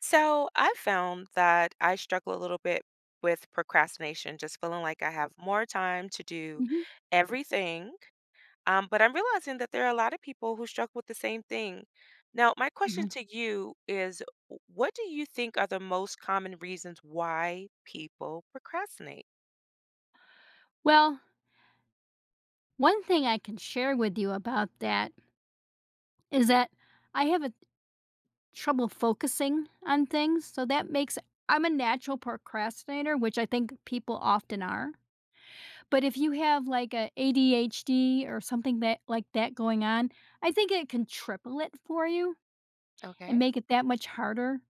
So I've found that I struggle a little bit with procrastination, just feeling like I have more time to do Mhm. everything. But I'm realizing that there are a lot of people who struggle with the same thing. Now, my question Mhm. to you is what do you think are the most common reasons why people procrastinate? Well, one thing I can share with you about that is that I have a trouble focusing on things, so Mm. that makes I'm a natural procrastinator, which I think people often are. But if you have like a ADHD or something that like that going on, I think it can triple it for you and Okay. make it that much harder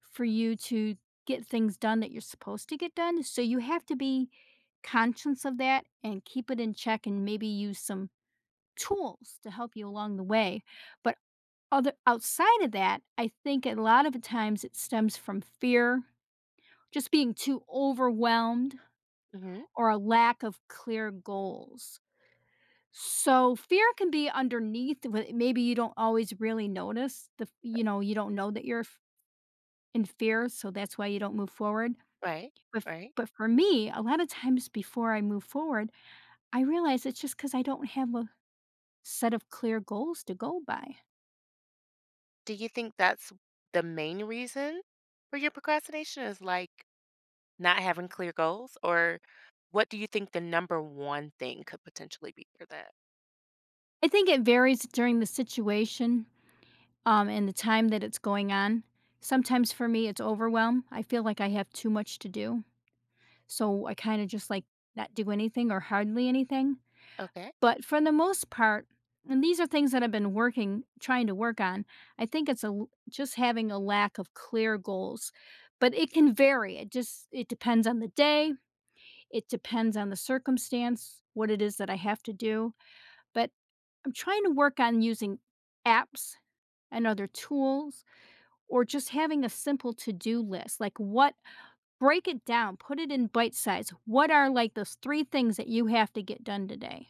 for you to get things done that you're supposed to get done. So you have to be conscious of that and keep it in check and maybe use some tools to help you along the way. But other outside of that, I think a lot of the times it stems from fear, just being too overwhelmed Hmm. or a lack of clear goals. So fear can be underneath maybe you don't always really notice the you don't know that you're in fear, so that's why you don't move forward. Right. But Right. For me, a lot of times before I move forward, I realize it's just cuz I don't have a set of clear goals to go by. Do you think that's the main reason for your procrastination is like not having clear goals, or what do you think the number one thing could potentially be for that? I think it varies during the situation, and the time that it's going on. Sometimes for me, it's overwhelm. I feel like I have too much to do, so I kinda just, like, not do anything or hardly anything, Okay. but for the most part — and these are things that I've been working trying to work on — I think it's a l just having a lack of clear goals, but it can vary. It depends on the day, it depends on the circumstance, what it is that I have to do. But I'm trying to work on using apps and other tools, or just having a simple to do list. Like, what break it down, put it in bite size. What are like those three things that you have to get done today?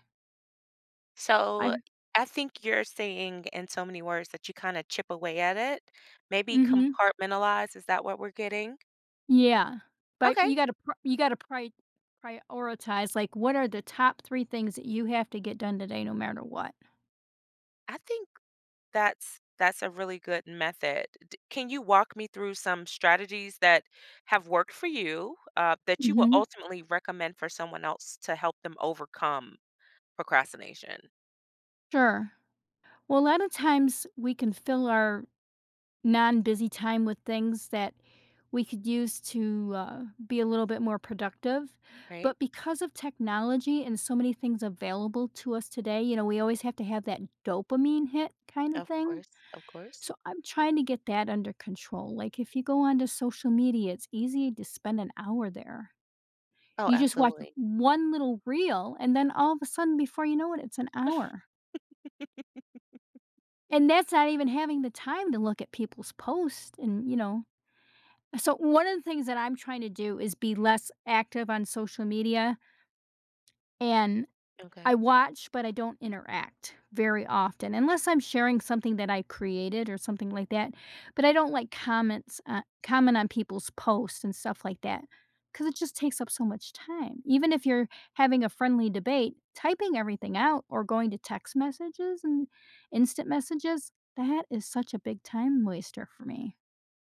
I So I think you're saying in so many words that you kind of chip away at it, maybe Mhm. compartmentalize. Is that what we're getting? Yeah. But Okay. You gotta prioritize, like, what are the top three things that you have to get done today no matter what? I think that's a really good method. Can you walk me through some strategies that have worked for you that you will Mhm. ultimately recommend for someone else to help them overcome procrastination? Sure. Well, a lot of times we can fill our non-busy time with things that we could use to be a little bit more productive. Right. But because of technology and so many things available to us today, you know, we always have to have that dopamine hit kind of Of thing. course. Of course. So I'm trying to get that under control. Like, if you go onto social media, it's easy to spend an hour there. Oh, You just watch absolutely. one little reel, and then all of a sudden, before you know it, it's an hour. And that's not even having the time to look at people's posts and, you know, so one of the things that I'm trying to do is be less active on social media. And I Okay. watch, but I don't interact very often unless I'm sharing something that I created or something like that. But I don't like comment on people's posts and stuff like that because it just takes up so much time. Even if you're having a friendly debate, typing everything out or going to text messages and instant messages, that is such a big time waster for me.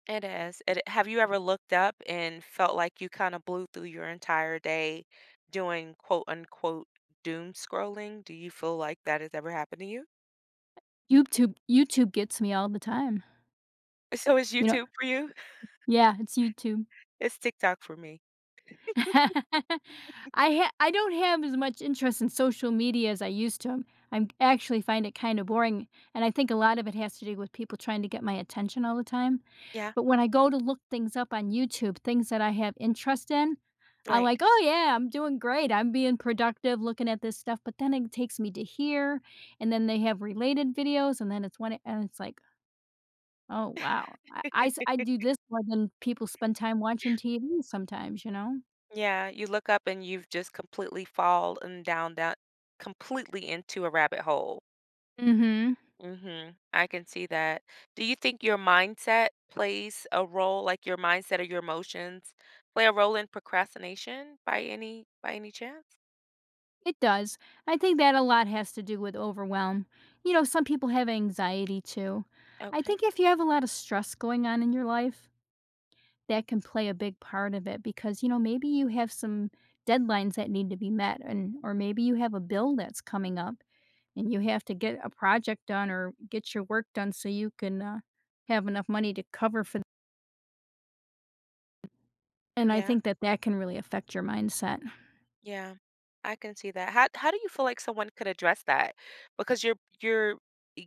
It is. It, have you ever looked up and felt like you kind of blew through your entire day doing quote unquote doom scrolling? Do you feel like that has ever happened to you? YouTube gets me all the time. So is You know, YouTube for you? yeah, it's YouTube. It's TikTok for me. I don't have as much interest in social media as I used to. I'm actually find it kinda boring, and I think a lot of it has to do with people trying to get my attention all the time. Yeah, But when I go to look things up on YouTube, things that I have interest in, I'm right. like, "Oh, yeah, I'm doing great. I'm being productive looking at this stuff," but then it takes me to here, and then they have related videos, and then it's one and it's like, oh, wow. I do this more than people spend time watching TV sometimes, you know? Yeah, you look up and you've just completely fallen down that completely into a rabbit hole. Mhm. Mhm. I can see that. Do you think your mindset plays a role, like your mindset or your emotions play a role in procrastination by any chance? It does. I think that a lot has to do with overwhelm. You know, some people have anxiety too. I Okay. think if you have a lot of stress going on in your life, that can play a big part of it because, you know, maybe you have some deadlines that need to be met, and or maybe you have a bill that's coming up and you have to get a project done or get your work done so you can, have enough money to cover for. And I Yeah. think that that can really affect your mindset. Yeah, I can see that. How do you feel like someone could address that? Because you're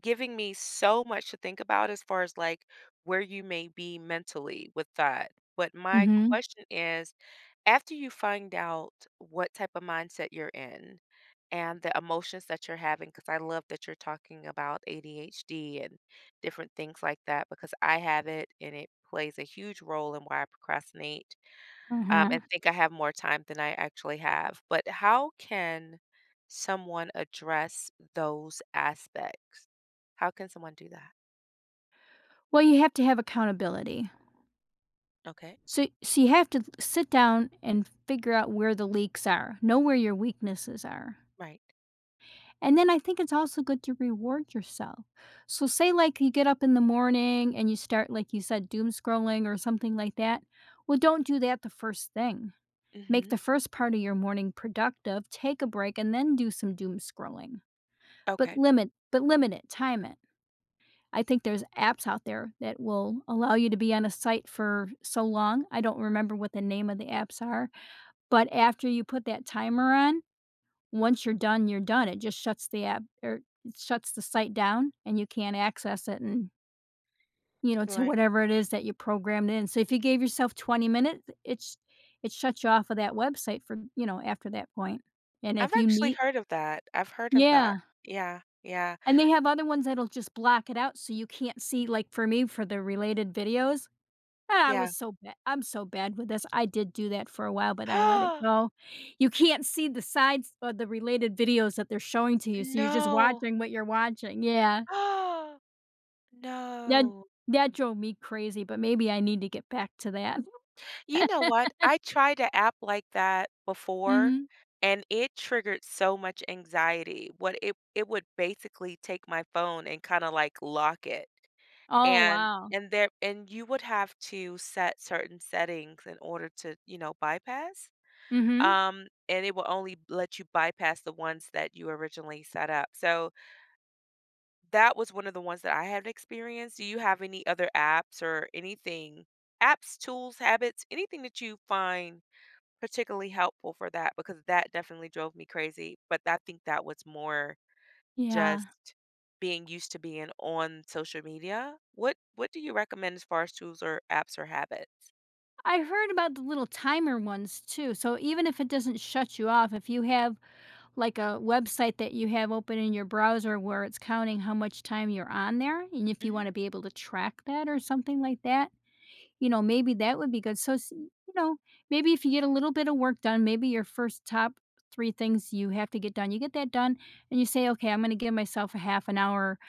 giving me so much to think about as far as like where you may be mentally with that. But my Mhm, question is, after you find out what type of mindset you're in and the emotions that you're having, because I love that you're talking about ADHD and different things like that, because I have it and it plays a huge role in why I procrastinate uh-huh. and think I have more time than I actually have. But how can someone address those aspects? How can someone do that? Well, you have to have accountability. Okay. So you have to sit down and figure out where the leaks are, know where your weaknesses are. Right. And then I think it's also good to reward yourself. So say like you get up in the morning and you start, like you said, doom scrolling or something like that. Well, don't do that the first thing. Make Hmm. the first part of your morning productive, take a break, and then do some doom scrolling. Okay. But limit it, time it. I think there's apps out there that will allow you to be on a site for so long. I don't remember what the name of the apps are, but after you put that timer on, once you're done, you're done. It just shuts the app or it shuts the site down and you can't access it, and, you know, to Right. whatever it is that you programmed in. So if you gave yourself 20 minutes, it shuts you off of that website for, you know, after that point. And I've if you actually need — heard of that. I've heard of that. yeah. Yeah. Yeah. And they have other ones that'll just block it out so you can't see, like for me for the related videos. And I Yeah. was so bad I'm so bad with this. I did do that for a while, but I let it Oh, go. You can't see the sides or the related videos that they're showing to you, so you're just no. watching what you're watching. Yeah. Oh, That no. that drove me crazy, but maybe I need to get back to that. You know what? I tried an app like that before Mhm. and it triggered so much anxiety. What it would basically take my phone and kind of like lock it. Oh, And wow. and there and you would have to set certain settings in order to, you know, bypass. Mhm. And it will only let you bypass the ones that you originally set up. So that was one of the ones that I had experienced. Do you have any other apps or anything? Apps, tools, habits, anything that you find particularly helpful for that because that definitely drove me crazy. But I think that was more just Yeah. being used to being on social media. What do you recommend as far as tools or apps or habits? I heard about the little timer ones too, so even if it doesn't shut you off, if you have like a website that you have open in your browser where it's counting how much time you're on there, and if you want to Hmm. be able to track that or something like that, you know, maybe that would be good. So, you know, maybe if you get a little bit of work done, maybe your first top three things you have to get done, you get that done, and you say, okay, I'm going to give myself a half an hour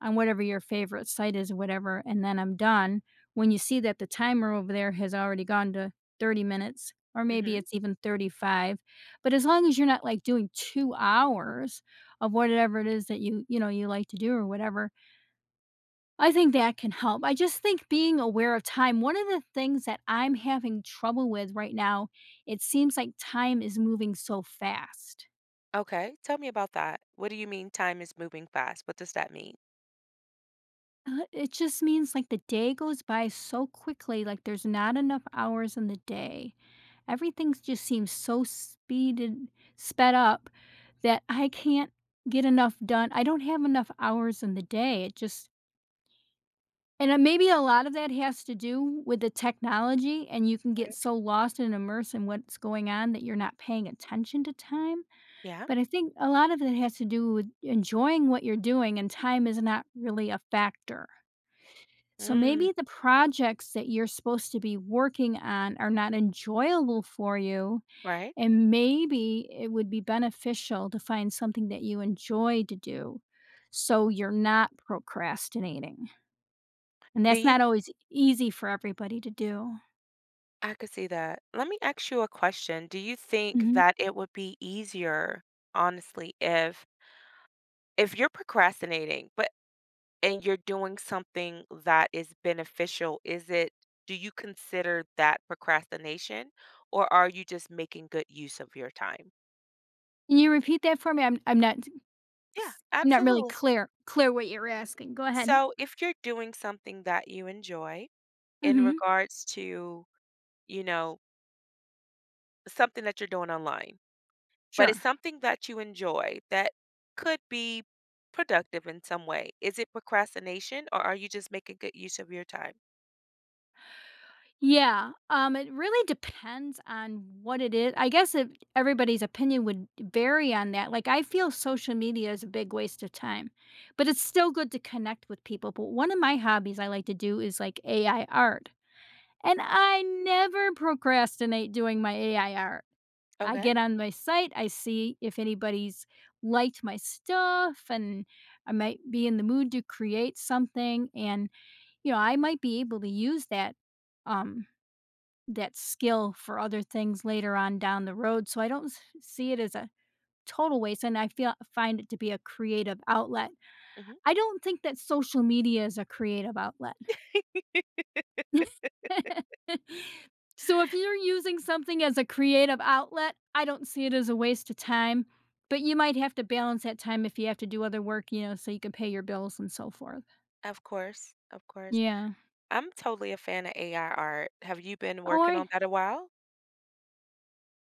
on whatever your favorite site is, whatever, and then I'm done. When you see that the timer over there has already gone to 30 minutes, or maybe Hmm. it's even 35, but as long as you're not like doing 2 hours of whatever it is that you know, you like to do or whatever, I think that can help. I just think being aware of time — one of the things that I'm having trouble with right now, it seems like time is moving so fast. Okay, tell me about that. What do you mean time is moving fast? What does that mean? It just means like the day goes by so quickly, like there's not enough hours in the day. Everything just seems so speeded, sped up, that I can't get enough done. I don't have enough hours in the day. It just, and Maybe a lot of that has to do with the technology, and you can get Right. so lost and immersed in what's going on that you're not paying attention to time. Yeah. But I think a lot of it has to do with enjoying what you're doing, and time is not really a factor. So Mm, maybe the projects that you're supposed to be working on are not enjoyable for you, right. and maybe it would be beneficial to find something that you enjoy to do so you're not procrastinating. And Do that's you? not always easy for everybody to do. I could see that. Let me ask you a question. Do you think Mhm. that it would be easier, honestly, if you're procrastinating, but and you're doing something that is beneficial, is it do you consider that procrastination, or are you just making good use of your time? Can you repeat that for me? I'm not — Yeah, I'm not really absolutely. clear clear what you're asking. Go ahead. So if you're doing something that you enjoy in Mhm. regards to, you know, something that you're doing online, but it's Sure. something that you enjoy that could be productive in some way. Is it procrastination or are you just making good use of your time? Yeah, it really depends on what it is. I guess if — everybody's opinion would vary on that. Like, I feel social media is a big waste of time, but it's still good to connect with people. But one of my hobbies I like to do is like AI art, and I never procrastinate doing my AI art. I Okay. get on my site, I see if anybody's liked my stuff, and I might be in the mood to create something. And, you know, I might be able to use that. Um, that skill for other things later on down the road, so I don't s see it as a total waste, and I feel find it to be a creative outlet. Hmm. I don't think that social media is a creative outlet. So, if you're using something as a creative outlet, I don't see it as a waste of time, but you might have to balance that time if you have to do other work, you know, so you can pay your bills and so forth. Of course. Of course. Yeah. I'm totally a fan of AI art. Have you been Or working a on that a while?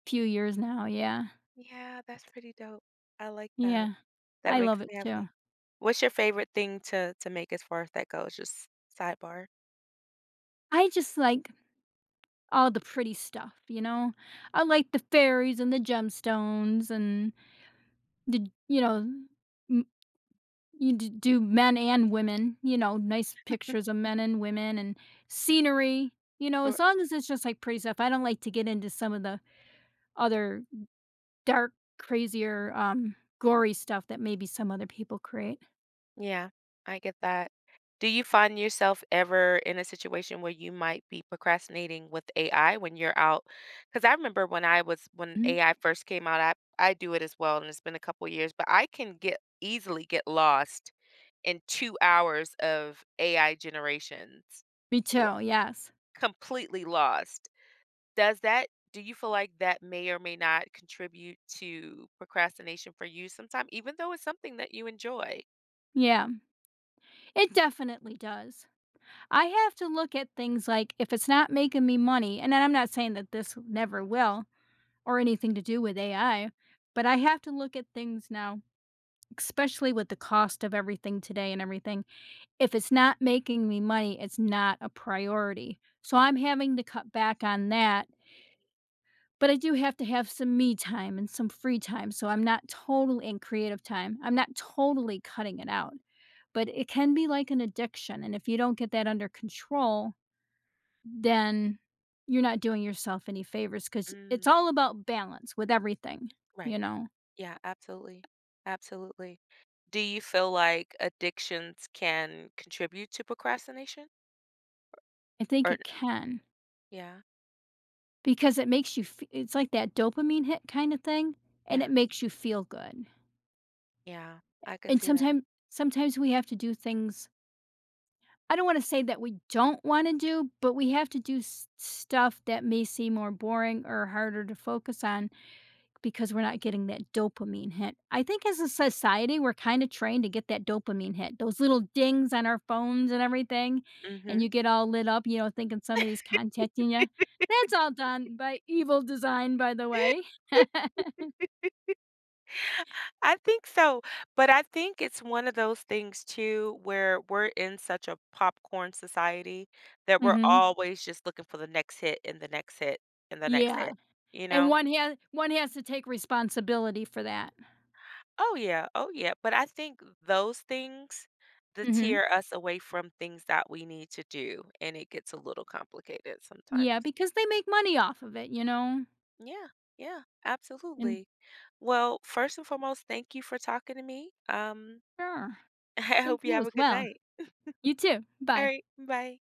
few years now, yeah. Yeah, that's pretty dope. I like that. Yeah. That I makes love it me happy. too. What's your favorite thing to make as far as that goes? Just sidebar. I just like all the pretty stuff, you know? I like the fairies and the gemstones and the, you know, m- you do men and women, you know, nice pictures of men and women and scenery, you know, as Or- long as it's just like pretty stuff. I don't like to get into some of the other dark, crazier, gory stuff that maybe some other people create. Yeah, I get that. Do you find yourself ever in a situation where you might be procrastinating with AI when you're out? Because I remember when I was when Mhm. AI first came out, I do it as well, and it's been a couple years, but I can get easily get lost and 2 hours of AI generations Me l too. Yes. completely lost. Does that do you feel like that may or may not contribute to procrastination for you sometime, even though it's something that you enjoy? Yeah. It definitely does. I have to look at things like if it's not making me money, and I'm not saying that this never will or anything to do with AI, but I have to look at things now, especially with the cost of everything today and everything. If it's not making me money, it's not a priority. So I'm having to cut back on that. But I do have to have some me time and some free time. So I'm not totally in creative time. I'm not totally cutting it out, but it can be like an addiction. And if you don't get that under control, then you're not doing yourself any favors because it's Mm, all about balance with everything, you right. know? Yeah, absolutely, absolutely. Do you feel like addictions can contribute to procrastination? I think Or it can yeah, because it makes you f it's like that dopamine hit kinda thing, and yeah, it makes you feel good, yeah, I could and see that. sometimes, sometimes we have to do things — I don't wanna say that we don't wanna do, but we have to do s stuff that may seem more boring or harder to focus on, because we're not getting that dopamine hit. I think as a society, we're kind of trained to get that dopamine hit, those little dings on our phones and everything, and you Mhm. get all lit up, you know, thinking somebody's contacting you. That's all done by evil design, by the way. I think so, but I think it's one of those things too where we're in such a popcorn society that we're Mhm. always just looking for the next hit and the next hit and the next Yeah, hit, you and know? One has to take responsibility for that. Oh, yeah. Oh, yeah. But I think those things Mhm. deter us away from things that we need to do, and it gets a little complicated Yeah, sometimes. because they make money off of it, you know? Yeah. Yeah. And — Absolutely. Well, first and foremost, thank you for talking to me. Sure. I Thank hope you you have a as good well. night. You too. All Bye. right. Bye.